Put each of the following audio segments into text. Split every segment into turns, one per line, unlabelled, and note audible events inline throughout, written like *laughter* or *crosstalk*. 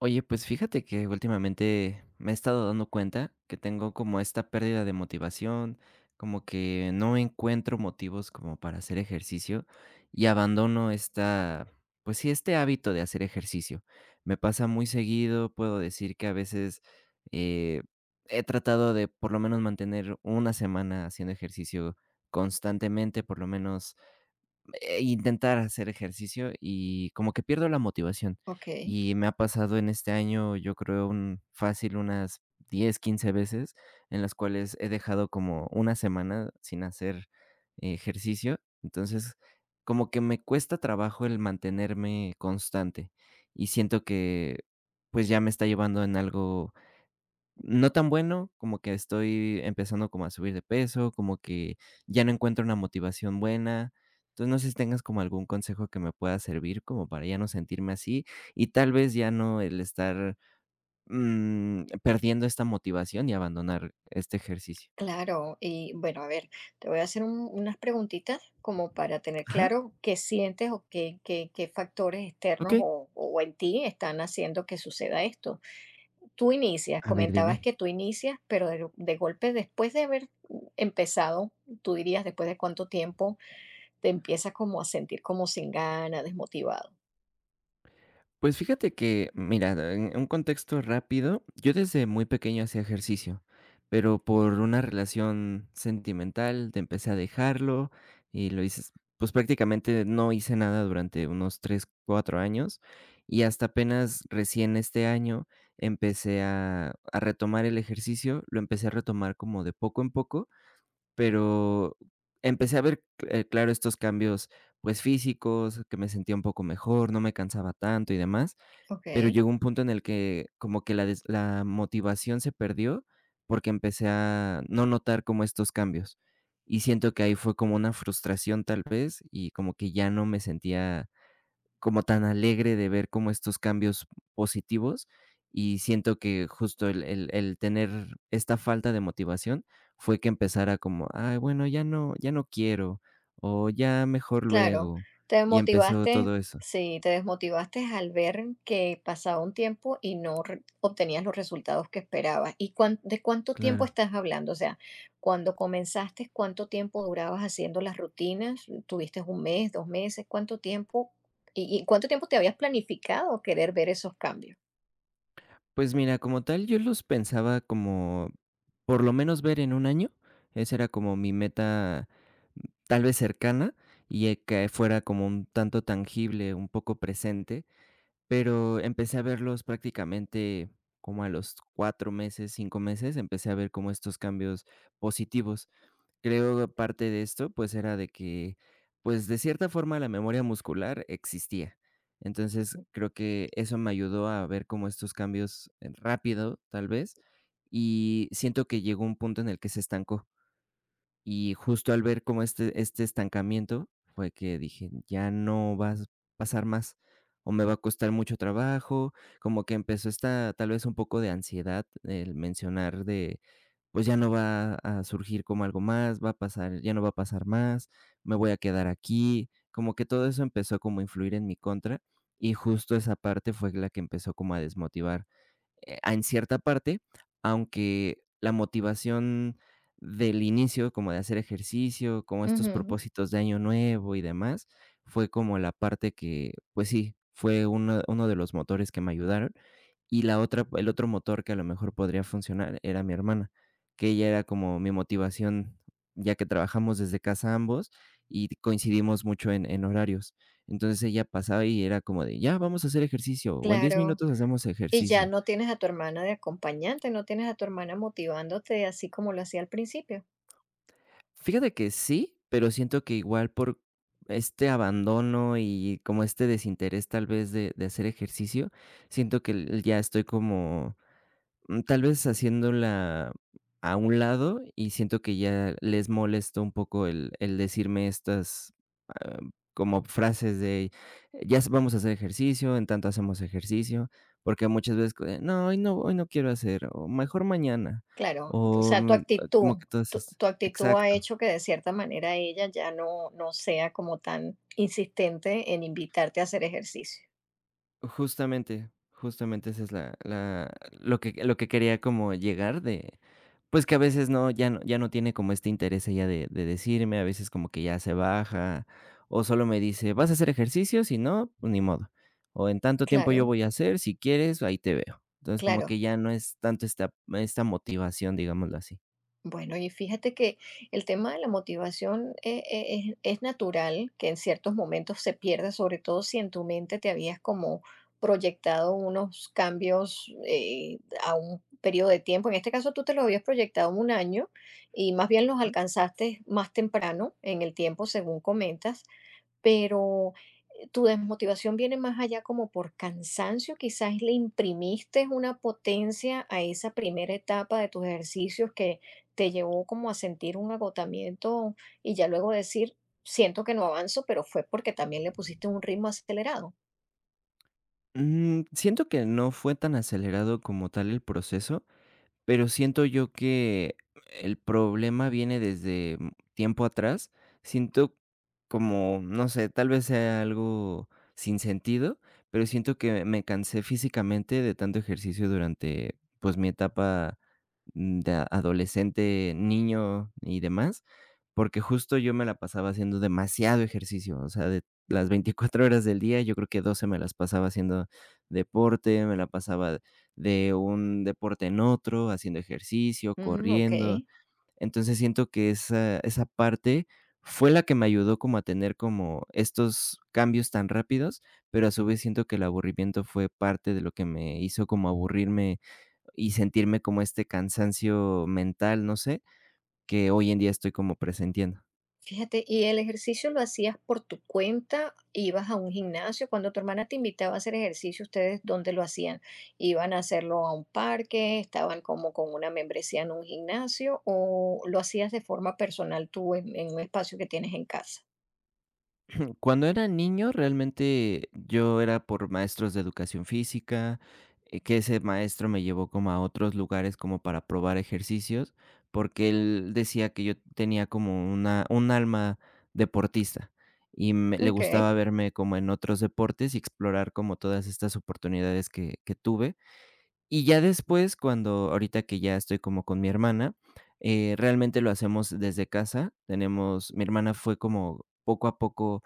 Oye, pues fíjate que últimamente me he estado dando cuenta que tengo como esta pérdida de motivación, como que no encuentro motivos como para hacer ejercicio y abandono esta, pues sí, este hábito de hacer ejercicio. Me pasa muy seguido, puedo decir que a veces eh, he tratado de por lo menos mantener una semana haciendo ejercicio constantemente, por lo menos intentar hacer ejercicio y como que pierdo la motivación.
Ok,
Y me ha pasado en este año, yo creo, un fácil unas 10 15 veces en las cuales he dejado como una semana sin hacer ejercicio. Entonces, como que me cuesta trabajo el mantenerme constante y siento que pues ya me está llevando en algo no tan bueno, como que estoy empezando como a subir de peso, como que ya no encuentro una motivación buena. Entonces, no sé si tengas como algún consejo que me pueda servir como para ya no sentirme así y tal vez ya no el estar, perdiendo esta motivación y abandonar este ejercicio.
claro. Y bueno, a ver, te voy a hacer unas preguntitas como para tener
Ajá.
claro qué sientes o qué, qué factores externos
Okey.
o en ti están haciendo que suceda esto. Tú inicias,
A ver,
comentabas
dime.
que tú inicias, pero de golpe después de haber empezado, tú dirías después de cuánto tiempo te empiezas como a sentir como sin gana, desmotivado.
Pues fíjate que, mira, en un contexto rápido, yo desde muy pequeño hacía ejercicio, pero por una relación sentimental te empecé a dejarlo y lo hice, pues prácticamente no hice nada durante unos 3 4 años y hasta apenas recién este año empecé a retomar el ejercicio, lo empecé a retomar como de poco en poco, pero empecé a ver, claro, estos cambios pues físicos, que me sentía un poco mejor, no me cansaba tanto y demás.
Ok.
Pero llegó un punto en el que como que la motivación se perdió, porque empecé a no notar como estos cambios. Y siento que ahí fue como una frustración tal vez, y como que ya no me sentía como tan alegre de ver como estos cambios positivos, y siento que justo el tener esta falta de motivación fue que empezara como: "Ay, bueno, ya no quiero", o "Ya mejor
Claro,
luego",
te
y empezó
desmotivaste,
todo eso.
sí, te desmotivaste al ver que pasaba un tiempo y no re- obtenías los resultados que esperabas. ¿Y de cuánto tiempo
Claro.
estás hablando? O sea, cuando comenzaste, ¿cuánto tiempo durabas haciendo las rutinas? ¿Tuviste un mes, dos meses? ¿Cuánto tiempo? ¿Y cuánto tiempo te habías planificado querer ver esos cambios?
Pues mira, como tal, yo los pensaba como por lo menos ver en un año. Esa era como mi meta, mm, tal vez cercana, y que fuera como un tanto tangible, un poco presente, pero empecé a verlos prácticamente como a los 4 meses, 5 meses, empecé a ver como estos cambios positivos. Creo que parte de esto, pues, era de que, pues, de cierta forma la memoria muscular existía. Entonces,
Mm.
creo que eso me ayudó a ver como estos cambios, rápido, tal vez, y siento que llegó un punto en el que se estancó. Y justo al ver como este estancamiento, fue que dije: "Ya no va a pasar más, o me va a costar mucho trabajo", como que empezó esta, tal vez, un poco de ansiedad, el mencionar de, pues, ya no va a surgir como algo más, va a pasar ya no va a pasar más, me voy a quedar aquí, como que todo eso empezó como a influir en mi contra, y justo esa parte fue la que empezó como a desmotivar en cierta parte, aunque la motivación del inicio, como de hacer ejercicio, como estos
Ujú,
propósitos de año nuevo y demás, fue como la parte que, pues sí, fue uno de los motores que me ayudaron. Y la otra, el otro motor que a lo mejor podría funcionar era mi hermana, que ella era como mi motivación, ya que trabajamos desde casa ambos y coincidimos mucho en horarios. Entonces ella pasaba y era como de, ya, vamos a hacer ejercicio, o en 10
claro.
minutos hacemos
Y ya
ejercicio.
no tienes a tu hermana de acompañante, no tienes a tu hermana motivándote así como lo hacía al principio.
Fíjate que sí, pero siento que igual por este abandono y como este desinterés tal vez de hacer ejercicio, siento que ya estoy como tal vez haciéndola a un lado y siento que ya les molesto un poco el decirme estas ah, como frases de ya vamos a hacer ejercicio, en tanto hacemos ejercicio, porque muchas veces no, hoy no, hoy no quiero hacer, o mejor mañana,
Claro, o
o
sea, tu
como
actitud,
que todo es
tu actitud ha
exacto.
hecho que de cierta manera ella ya no, no sea como tan insistente en invitarte a hacer ejercicio.
Justamente, justamente esa es la lo que quería como llegar de, pues, que a veces no, ya no tiene como este interés ella de decirme, a veces como que ya se baja, o solo me dice: "¿Vas a hacer ejercicio? Si no, pues ni modo. O en tanto tiempo yo
Claro,
voy a hacer, si quieres, ahí te veo". Entonces, como que
claro.
ya no es tanto esta motivación, digámoslo así.
Bueno, y fíjate que el tema de la motivación es natural que en ciertos momentos se pierda, sobre todo si en tu mente te habías como proyectado unos cambios a un periodo de tiempo. En este caso tú te los habías proyectado un año y más bien los
Ah.
alcanzaste más temprano en el tiempo, según comentas. Pero tu desmotivación viene más allá como por cansancio, quizás le imprimiste una potencia a esa primera etapa de tus ejercicios que te llevó como a sentir un agotamiento y ya luego decir, siento que no avanzo, pero fue porque también le pusiste un ritmo acelerado.
Siento que no fue tan acelerado como tal el proceso. Pero siento yo que el problema viene desde tiempo atrás. Siento como, no sé, tal vez sea algo sin sentido, pero siento que me cansé físicamente de tanto ejercicio durante, pues, mi etapa de adolescente, niño y demás, porque justo yo me la pasaba haciendo demasiado ejercicio, o sea, de las 24 horas del día, yo creo que 12 me las pasaba haciendo deporte, me la pasaba de un deporte en otro, haciendo ejercicio,
Mm, ok.
corriendo. Entonces siento que esa parte fue la que me ayudó como a tener como estos cambios tan rápidos, pero a su vez siento que el aburrimiento fue parte de lo que me hizo como aburrirme y sentirme como este cansancio mental, no sé, que hoy en día estoy como presentiendo.
Fíjate, ¿y el ejercicio lo hacías por tu cuenta? ¿Ibas a un gimnasio? Cuando tu hermana te invitaba a hacer ejercicio, ¿ustedes dónde lo hacían? ¿Iban a hacerlo a un parque? ¿Estaban como con una membresía en un gimnasio? ¿O lo hacías de forma personal tú en un espacio que tienes en casa?
*clears throat* Cuando era niño, realmente yo era por maestros de educación física, que ese maestro me llevó como a otros lugares como para probar ejercicios, porque él decía que yo tenía como una un alma deportista y me le
Ok.
gustaba verme como en otros deportes y explorar como todas estas oportunidades que tuve. Y ya después, cuando ahorita que ya estoy como con mi hermana, realmente lo hacemos desde casa. Tenemos Mi hermana fue como poco a poco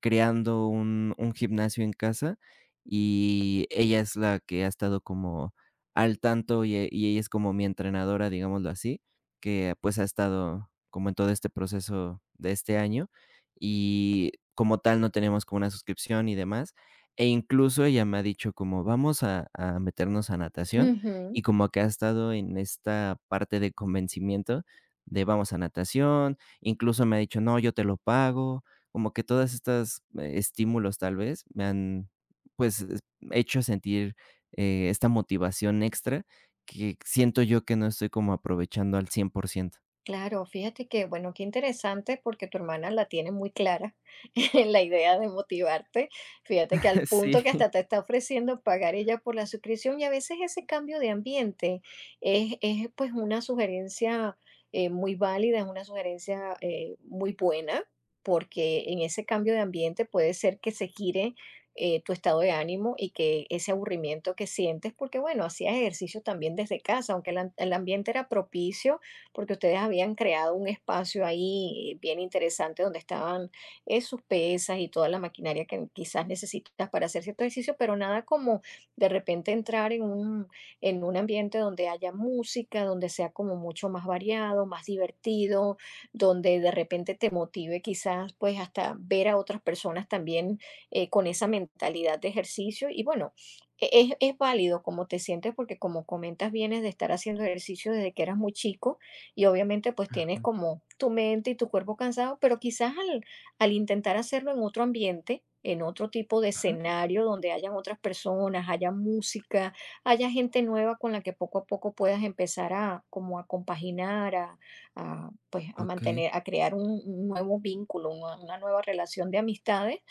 creando un gimnasio en casa, y ella es la que ha estado como al tanto, y ella es como mi entrenadora, digámoslo así, que, pues, ha estado como en todo este proceso de este año, y como tal no tenemos como una suscripción y demás, e incluso ella me ha dicho como: "Vamos a meternos a natación", y como que ha estado en esta parte de convencimiento de: "Vamos a natación", incluso me ha dicho: "No, yo te lo pago", como que todas estas, estímulos, tal vez, me han, pues, hecho sentir, esta motivación extra que siento yo que no estoy como aprovechando al 100%.
Claro, fíjate que, bueno, qué interesante porque tu hermana la tiene muy clara *laughs* en la idea de motivarte. Fíjate que
*laughs*
al punto que
Sí.
hasta te está ofreciendo pagar ella por la suscripción, y a veces ese cambio de ambiente es, pues, una sugerencia muy válida, es una sugerencia muy buena, porque en ese cambio de ambiente puede ser que se gire tu estado de ánimo y que ese aburrimiento que sientes, porque bueno, hacías ejercicio también desde casa, aunque el el ambiente era propicio porque ustedes habían creado un espacio ahí bien interesante donde estaban sus pesas y toda la maquinaria que quizás necesitas para hacer cierto ejercicio, pero nada como de repente entrar en en un ambiente donde haya música, donde sea como mucho más variado, más divertido, donde de repente te motive quizás pues hasta ver a otras personas también con esa mentalidad de ejercicio y bueno. Es válido como te sientes porque como comentas vienes de estar haciendo ejercicio desde que eras muy chico y obviamente pues tienes como tu mente y tu cuerpo cansado, pero quizás al intentar hacerlo en otro ambiente, en otro tipo de
Ajá.
escenario donde hayan otras personas, haya música, haya gente nueva con la que poco a poco puedas empezar a como a compaginar, a, pues a
Ok.
mantener, a crear un nuevo vínculo, una nueva relación de amistades,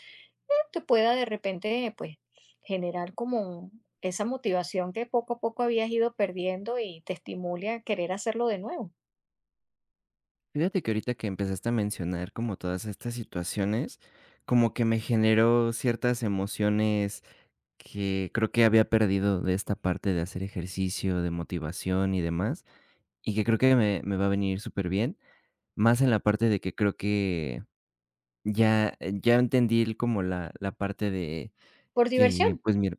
te pueda de repente pues generar como esa motivación que poco a poco habías ido perdiendo y te estimule a querer hacerlo de nuevo.
Fíjate que ahorita que empezaste a mencionar como todas estas situaciones, como que me generó ciertas emociones que creo que había perdido de esta parte de hacer ejercicio, de motivación y demás, y que creo que me va a venir súper bien, más en la parte de que creo que ya entendí como la parte de
Por diversión,
que, pues mira,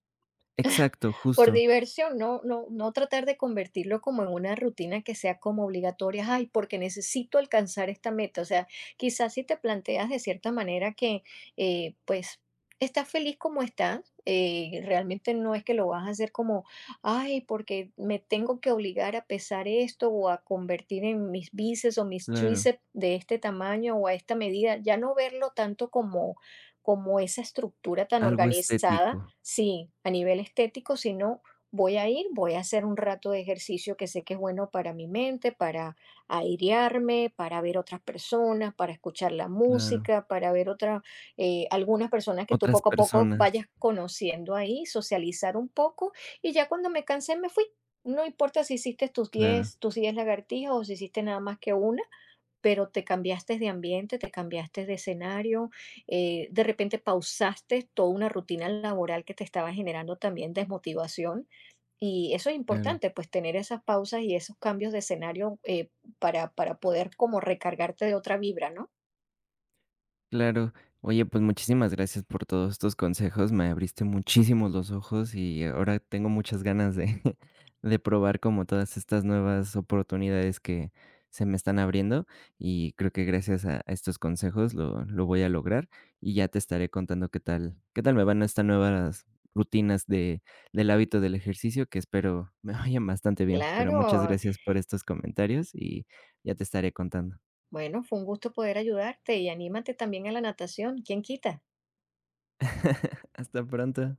exacto,
por
justo,
diversión, no no no tratar de convertirlo como en una rutina que sea como obligatoria, ay, porque necesito alcanzar esta meta, o sea, quizás si te planteas de cierta manera que, pues, estás feliz como estás, realmente no es que lo vas a hacer como, ay, porque me tengo que obligar a pesar esto o a convertir en mis bíceps o mis
claro,
tríceps de este tamaño o a esta medida, ya no verlo tanto como como esa estructura tan
algo
organizada.
estético,
Sí, a nivel estético, si no, voy a ir, voy a hacer un rato de ejercicio que sé que es bueno para mi mente, para airearme, para ver otras personas, para escuchar la
claro,
música, para ver otras, algunas personas que tú
otras
poco a poco
personas,
vayas conociendo ahí, socializar un poco, y ya cuando me cansé me fui. No importa si hiciste tus
claro,
10 tus 10 lagartijas o si hiciste nada más que una, pero te cambiaste de ambiente, te cambiaste de escenario, de repente pausaste toda una rutina laboral que te estaba generando también desmotivación. Y eso es
claro.
importante, pues tener esas pausas y esos cambios de escenario para poder como recargarte de otra vibra, ¿no?
Claro. Oye, pues muchísimas gracias por todos estos consejos. Me abriste muchísimo los ojos y ahora tengo muchas ganas de, *laughs* de probar como todas estas nuevas oportunidades que se me están abriendo y creo que gracias a estos consejos lo voy a lograr y ya te estaré contando qué tal me van estas nuevas rutinas de, del hábito del ejercicio que espero me *laughs* vayan bastante bien. Pero muchas
Claro,
gracias por estos comentarios y ya te estaré contando.
bueno, fue un gusto poder ayudarte y anímate también a la natación, ¿quién quita?
*laughs* Hasta pronto.